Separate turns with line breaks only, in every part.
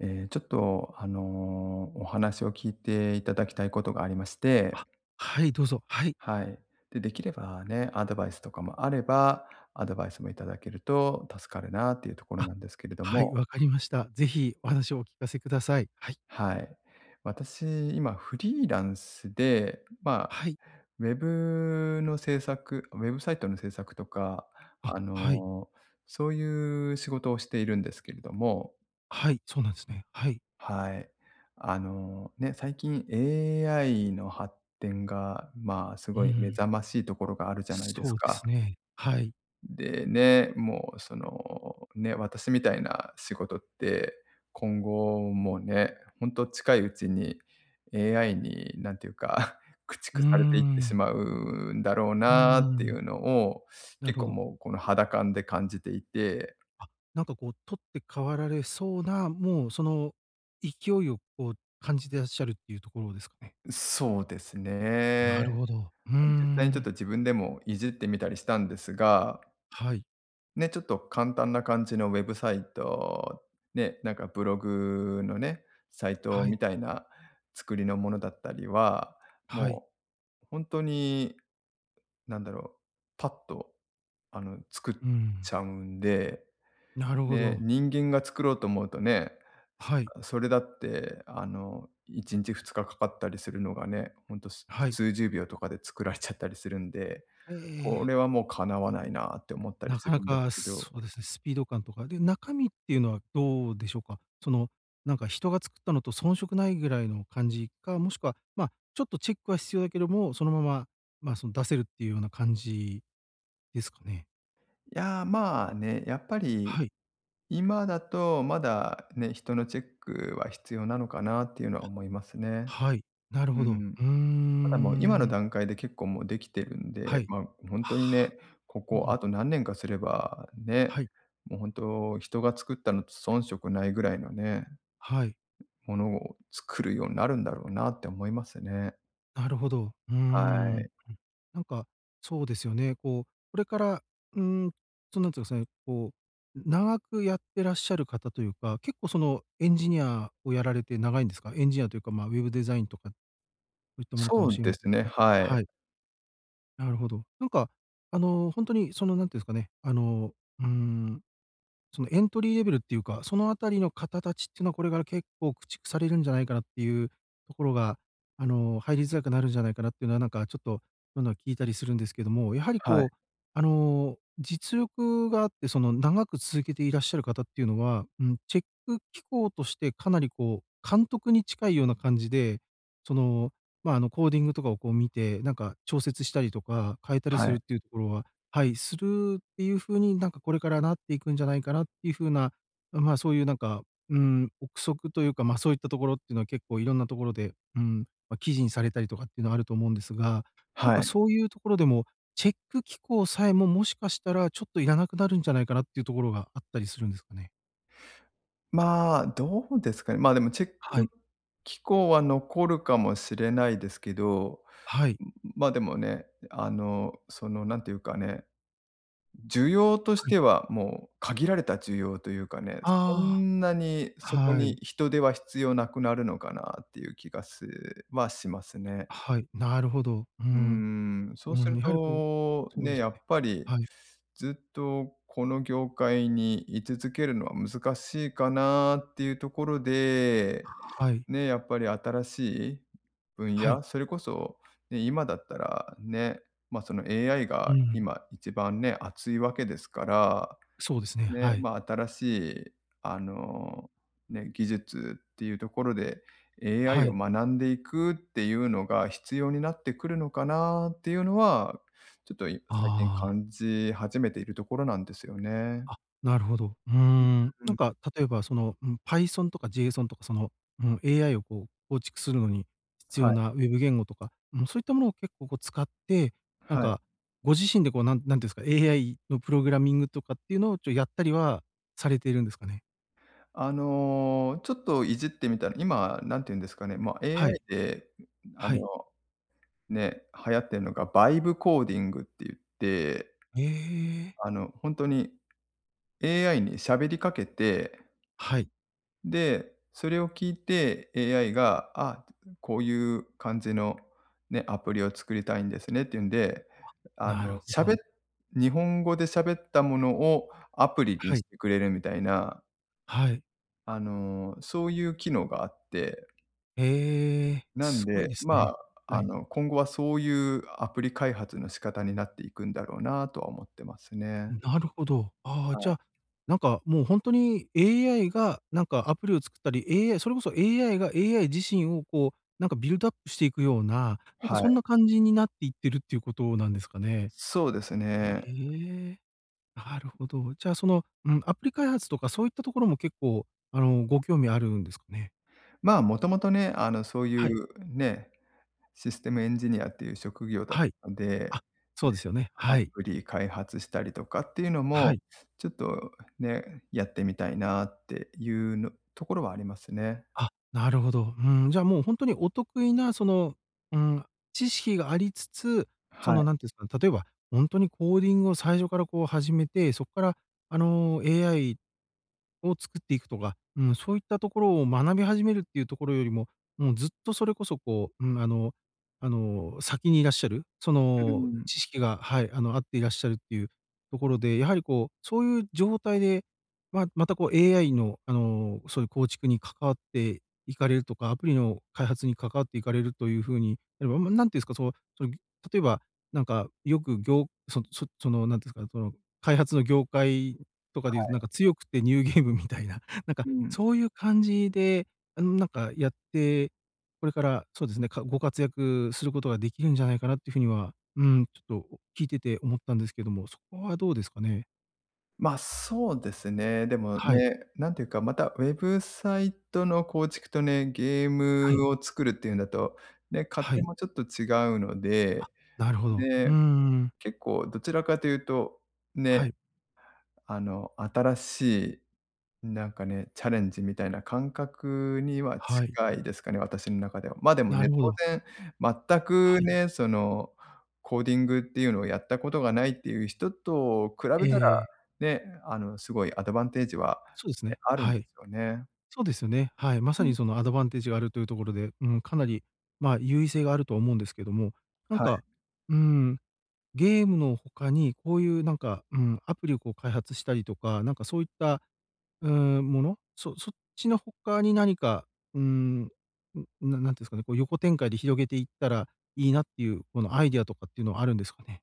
ちょっと、お話を聞いていただきたいことがありまして、
あ、はい、どうぞ。はい。
はい。で、できればね、アドバイスもいただけると助かるなっていうところ
あ、
なんですけれど
はい、
も、
わかりました。ぜひお話をお聞かせください。はい。
はい。私、今、フリーランスで、ま
はい。
あ、ウェブサイトの制作とか、
あ、
あ
はい。
のーそういう仕事をしているんですけれども、
はい、そうなんですね。はい。
はい。あの、ね、最近 AI の発展が、まあ、す
うー
ごい目
ん。
覚ましいところがあるじゃないです
そうで
か。
すね。はい。
でね、もうその、ね、私みたいな仕事って、今後もうね、ほんと近いうちに AI になんていうか 駆
うー
逐されていってし
ん。
まうんだろう
う
なっ
ー
てい
ん。
うのを、
なる
結
ほ
構
ど。
もうこの肌感で感じていて
あ、なんかこう取って代わられそうな、もうその勢いをこう感じてらっしゃるっていうところですかね？
そうです
なる
ね。
ほど。うー
実際にちょっ
ん。
と自分でもいじってみたりしたんですが、
はい。
ね、ちょっと簡単な感じのウェブサイト、ね、なんかブログのね、サイト
はい。
みたいな作りのものだったりは、
はい。
もう本当に、なんだろう、パッと、あの、作っ
うーん。
ちゃうんで
なるほ
ね、
ど。
人間が作ろうと思うとね、
はい。
それだって、あの、1日2日かかったりするのがね、ほんと
はい。
数十秒とかで作られちゃったりするんで、こ
え
れ
え。
はもうかなわないなって思ったり
な
す
かな
るんです
か、
けど。
そうですね、スピード感とか。で、中身っていうのはどうでしょうか？その、なんか人が作ったのと遜色ないぐらいの感じか、もしくは、ま、あちょっとチェックは必要だけども、そのまま、まあ、その出せるっていうような感じですかね？
いや、まあね、やっぱり
はい。
今だとまだね、人のチェックは必要なのかなっていうのは思いますね。
はい。なる
う
ほど。
ん。
うー
ただもう今の
ん。
段階で結構もうできてるん
は
で、
い。
まあ、ほん
あ
とに
あ、
ね、こ
そう
こ
な
あ
ん
と何年かすれば、ね、
はい。
もうほんと人が作ったのと遜色ないぐらいのね、
はい。
ものを作るようになるんだろうなって思いますね。
なるほど。うー
は
ん。
い。
なんか、そうですよね。こう、これから、うーん、そうなんつうんですかね、こう、長くやってらっしゃる方というか、結構そのエンジニアをやられて長いんですか？エンジニアというか、まあ、ウェブデザインとか、そういったものか
そ
もし
う
れ
で
ませ
す
んけ
ね、
ども。
はい。
はい、なるほど。なんか、あの、本当にその、なんていうんですかね、あの、うーん、そのエントリーレベルっていうか、そのあたりの方たちっていうのは、これから結構駆逐されるんじゃないかなっていうところが、あの、入りづらくなるんじゃないかなっていうのは、なんかちょっと、今は聞いたりするんですけども、やはり
はい、
こう、あの、実力があって、その長く続けていらっしゃる方っていうのは、うん、チェック機構としてかなりこう、監督に近いような感じで、その、まあ、あの、コーディングとかをこう見て、なんか調節したりとか変えたり
は
するっ
い、
ていうところは、はい、するっていう風に、なんかこれからなっていくんじゃないかなっていう風な、まあ、そういうなんか、うん、憶測というか、ま、あそういったところっていうのは結構いろんなところで、うん、まあ、記事にされたりとかっていうのはあると思うんですが、なん
は
か
い。
そういうところでも、チェック機構さえも、もしかしたらちょっといらなくなるんじゃないかなっていうところがあったりするんですかね？
まあ、どうですかね。まあ、でもチェッ
は
ク
い、
機構は残るかもしれないですけど、
はい、
ん、まあ、でもね、なんていうかね、需要とし
は
て
い。
は、もう限られた需要というかね、そ
あ
んなに
あ、
そこ
は
に
い、
人手は必要なくなるのかなっていう気はしますね。
はい、なるほど。う
うー
ん、
ん、そう
う
す
ん、
る
やはりこう
と、
そうで
ね、
す
やっ
ね。
ぱり
はい、
ずっとこの業界に居続けるのは難しいかなっていうところで、
はい、
ね、やっぱり新しい分
は
野、
い、
それこそ、ね、今だったらね、まあ、その AI
う
が
ん。
今一番ね、熱いわけですから
そうですね、
ね、
はい。
まあ、新しい、あの、ね、技術っていうところで、AI
は
を
い。
学んでいくっていうのが必要になってくるのかなっていうのは、ちょっと最近
あ
感じ始めているところなんですよね。
あ、あ、なるほど。うーん。
う
なん
ん、
か例えばその、うん、Python とか JSON とかその、うん、AI をこう構築するのに必
は
要
い、
なウェブ言語とか、うん、そういったものを結構こう使って、なん
はい。
かご自身でこうなんていうんですか、AI のプログラミングとかっていうのをやったりはされているんですかね？
あの、ちょっといじってみたら、今、なんて言うんですかね、まあ、
はい、
AI で、あ
は
の、
い。
ね、流行ってるのがバイブコーディングって言って、
ええ、
あの、ほんに AI に喋りかけて
はい、
で、それを聞いて AI が、あ、こういう感じのね、アプリを作りたいんですねっていうんで、あ
なる
の、
ほ
喋っ
ど。
日本語で喋ったものをアプリに
は
し
い、
てくれるみたいな、
はい。
あの、そういう機能があって、
ええ、
なん
すごい
で、
です
ま
ね。
あ、
は
あ
い。
の、今後はそういうアプリ開発の仕方になっていくんだろうなとは思ってますね。
なるほど。ああ、
は
じゃ
い。
あ、なんかもう本当に AI がなんかアプリを作ったり、AI それこそ AI が AI 自身をこう、なんかビルドアップしていくような、なんか
は
そ
い。
んな感じになっていってるっていうことなんですかね？
そうです
え
ね。
え、なるほど。じゃあ、その、うん、アプリ開発とかそういったところも結構、あの、ご興味あるんですかね？
まあ、もともとね、あの、そうい
はい。
うねシステムエンジニアっていう職業だっ
はい。
たので、
あ、そ
ね、
うですよね。
ア
はい。
プリ開発したりとかっていうの
は
も、
い。
ちょっとね、やってみたいなっていうのところはありますね。
あ、なるほど。うん、じゃあもうほんとにお得意なその、うん、知識がありつつ、そ
はい。
の何て言うんすかね、例えばほんとにコーディングを最初からこう始めて、そっからあの AI を作っていくとか、うん、そういったところを学び始めるっていうところよりも、もうずっとそれこそこう、うん、あの、先にいらっしゃる、そ
う
の
ん、
知識が、はい、あの、あっていらっしゃるっていうところで、やはりこう、そういう状態で、まあ、またこう AI のあの、そういう構築に関わっていかれるとか、アプリの開発に関わっていかれるという風になれば、ま、何ていうんですか、そう、その、例えば、なんかよく業、その、何ていうんですか、その開発の業界とかでいうと、なんか強くてニューゲームみたいな、なんか
うん。
そういう感じで、あの、なんかやって、これからそうですね、ご活躍することができるんじゃないかなっていう風には、うん、ちょっと聞いてて思ったんですけども、そこはどうですかね？
ま、そうですね。でも
はい、
ね、なんていうか、またウェブサイトの構築とね、ゲー
はい、
ムを作るっていうんだと、ね、勝
は
手
い。
もちょっと違うの
あ、
で、
なるほど。うー
で、
ん。
結構どちらかというと、
は
ね
い、
あの、新しい、なんかね、チャレンジみたいな感覚には
はい。
近いですかね、私の中では。ま、でも
な
ね、
るほ
当
ど。
然、全
は
く
い。
ね、その、コーディングっていうのをやったことがないっていう人と比べたら、
ええ、
ね、あの、すごいアドバンテージは、
そうです
ね、
ね。
あるん
は
で
い。
すよね。
そうですよね。はい。ま
う
さ
ん、
にそのアドバンテージがあるというところで、うん、かなり、まあ、優位性があるとは思うんですけども、なん
はい。
か、うん。ゲームの他に、こういうなんか、うん、アプリをこう開発したりとか、なんかそういった、うーん、もの、そっちの他に何か、うーん、なんていうんですかね、こう横展開で広げていったらいいなっていう、このアイデアとかっていうのはあるんですかね？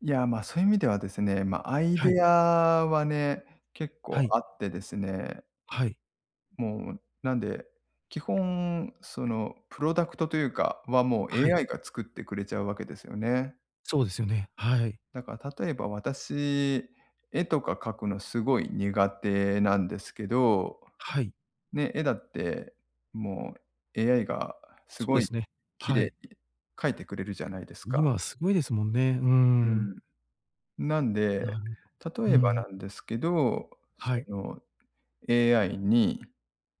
いや、ま、そういう意味ではですね、ま、アイ
はい、
デアはね、結
は
構
い、
あってですね
はい、
もう、なんで、基本、その、プロダクトというかは、もう
はい、
AI が作ってくれちゃうわけですよね。
そうですよね。はい、
だから例えば私、絵とか描くのすごい苦手なんですけど、
はい、
ね、絵だって、もう AI がす
そう
ご
で
い
すね。
綺
はい。
麗に描いてくれるじゃないです
今
か。
はすごいですもんね。うー
う
ん。
ん。なん
な
で、
るほ
例
ど。う
えば
ん。
なんですけど、
は
そ
い、
の、AI に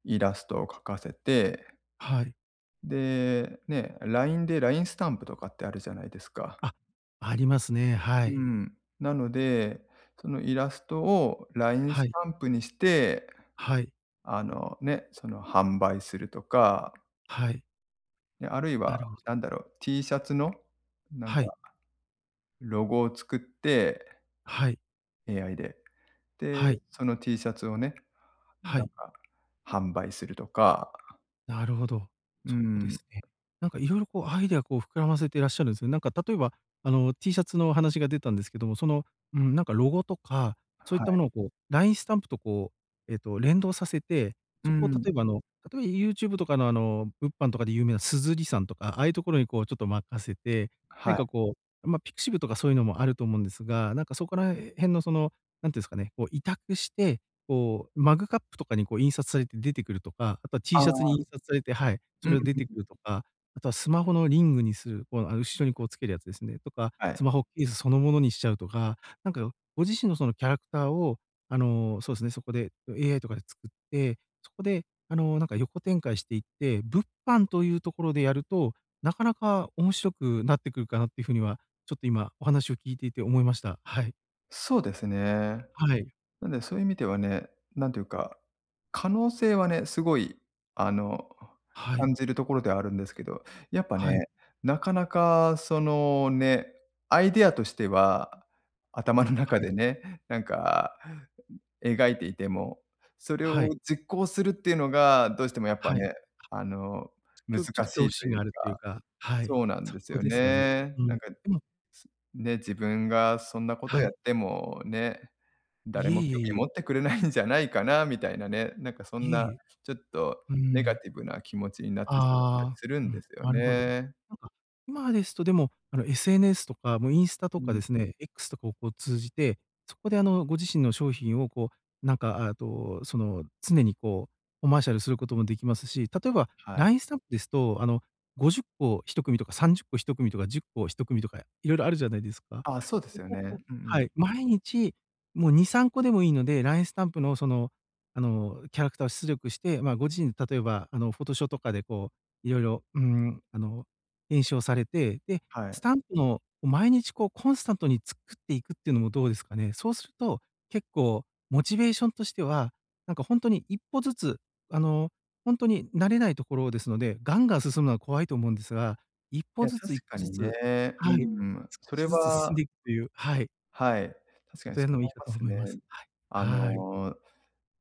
イラストを描かせて
はい。
で、ね、LINE で LINE スタンプとかってあるじゃないですか。
あ、ありますね。は
う
い。
ん。なので、そのイラストを LINE
は
ス
い、
タンプにして、
はい、
あの、ね、その販売するとか、
はい。
ね、あるい
なる
は
ほ
な
ど。
んだろう、T シャツのなん
はい、
かロゴを作って、
はい、
AI で。
は
で、
い、
その T シャツをね、
は
な
い。
んか販売すると
あ、
か、
なるほど。
う
そうで
ん。
すね。なんかいろいろこうアイデアこう膨らませていらっしゃるんですね。なんか例えば、あの T シャツの話が出たんですけども、その、うん、なんかロゴとか、そういっ
は
たも
い。
のをこうラインスタンプとこう、連動させて、
う
そこを
ん。
例えばあの、例えば YouTube とかのあの物販とかで有名な鈴木さんとか、ああいうところにこうちょっと任せて、何
はい。
かこう、まあ、ピクシブとかそういうのもあると思うんですが、なんかそこら辺のその、なんていうんですかね、こう委託してこう、マグカップとかにこう印刷されて出てくるとか、あとは T
あ
シャツに
あ、
印刷されて、はい、そ
う
れ
ん、
を出てくるとか、あとはスマホのリングにする、こう、あの、後ろにこうつけるやつですね、とか、
は
スマ
い。
ホケースそのものにしちゃうとか、なんかご自身のそのキャラクターを、あの、そうですね、そこで AI とかで作って、そこで、あの、なんか横展開していって、物販というところでやると、なかなか面白くなってくるかなっていう風には、ちょっと今お話を聞いていて思いました。はい。
そうですね。
はい。
なんで、そういう意味ではね、なんていうか、可能性はね、すごい、あの、
はい。
感じるところではあるんですけど、やっぱ
はい。
ね、なかなかそのね、アイデアとしては、頭の中
は
で
い。
ね、なんか描いていても、それ
は
を
い。
実行するっていうのが、どうしてもやっぱ
はい。
ね、あの、難
ちょっと恐
し
怖
いと
心
い
が
う
あるっていう
か、
か、はい。
そうなん
そ
です
こ
よ
ですよね。
ね。
うん。
なんか、
でも、
すね、自分がそんなこと
は
やっ
い。
てもね、誰
いえ
も
いえ
興
い
味
え。
持ってくれないんじゃないかなみたいなね、なんかそん
いえ
な
いえ。
ちょっと
うー
ネガ
ん。
ティブな気持ちになってしまったり
ああ、
する
う
んで
ん、
すよ
なるほど。
ね。
なんか、今ですとでも、あの、SNS とか、もうインスタと
う
かで
ん、
すね、X とかをこう通じて、そこであの、ご自身の商品をこう、なんか、あと、その、常にこう、コマーシャルすることもできますし、例えば
はい。
LINE スタンプですと、あの、50個1組とくみとか30個1組とくみとか10個1組とくみとか、いろいろあるじゃないですか。
ああ、そうで
そ
すよ
こ
ね。うん
を
う
は
ん。
い、毎日、もう2、3個でもいいので、LINE スタンプのそのキャラクターを出力して、まあ、ご自身で例えば、あの、フォトショーとかでこう、いろいろうーん、あの、編集をされて、で、
は
ス
い。
タンプの毎日こうコンスタントに作っていくっていうのもどうですかね？そうすると、結構モチベーションとしては、なんかほんとに一歩ずつ、あの、ほんとに慣れないところですので、ガンガン進むのは怖いと思うんですが、一
い
歩
や、
ずつ
確
一歩
か
ず
にね。
つ、
う
はい、
んうん。
少
それ
しずつ進ん
は
でいくという、はい、
はい、確か
こ
に
とを
そ
やる
う
のもい
思
い
い
か
ま
と
す
思い
ね。
ます。は
あ
い。はい。
の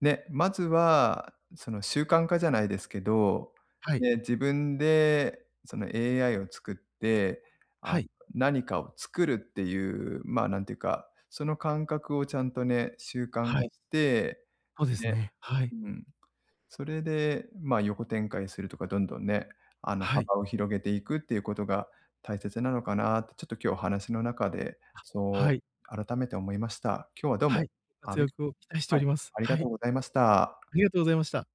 ね、まずは、その習慣化じゃないですけど、
はい。
ね、自分でその AI を作って、あ、
はい。
何かを作るっていう、まあ、なんていうか、その感覚をちゃんとね、習慣
は
化
い。
して、
そうです
ね、
ね。は
う
い。
ん、それで、まあ、横展開するとか、どんどんね、あの、
はい。
幅を広げていくっていうことが大切なのかなって、ちょっと今日話の中で、そ
はい。
う改めて思いました。今日はどう
は
も、
い。ご
あ
活
り
躍を期待してお
はい、
ります。
あり
は
がと
い。
うございました。
ありがとうございました。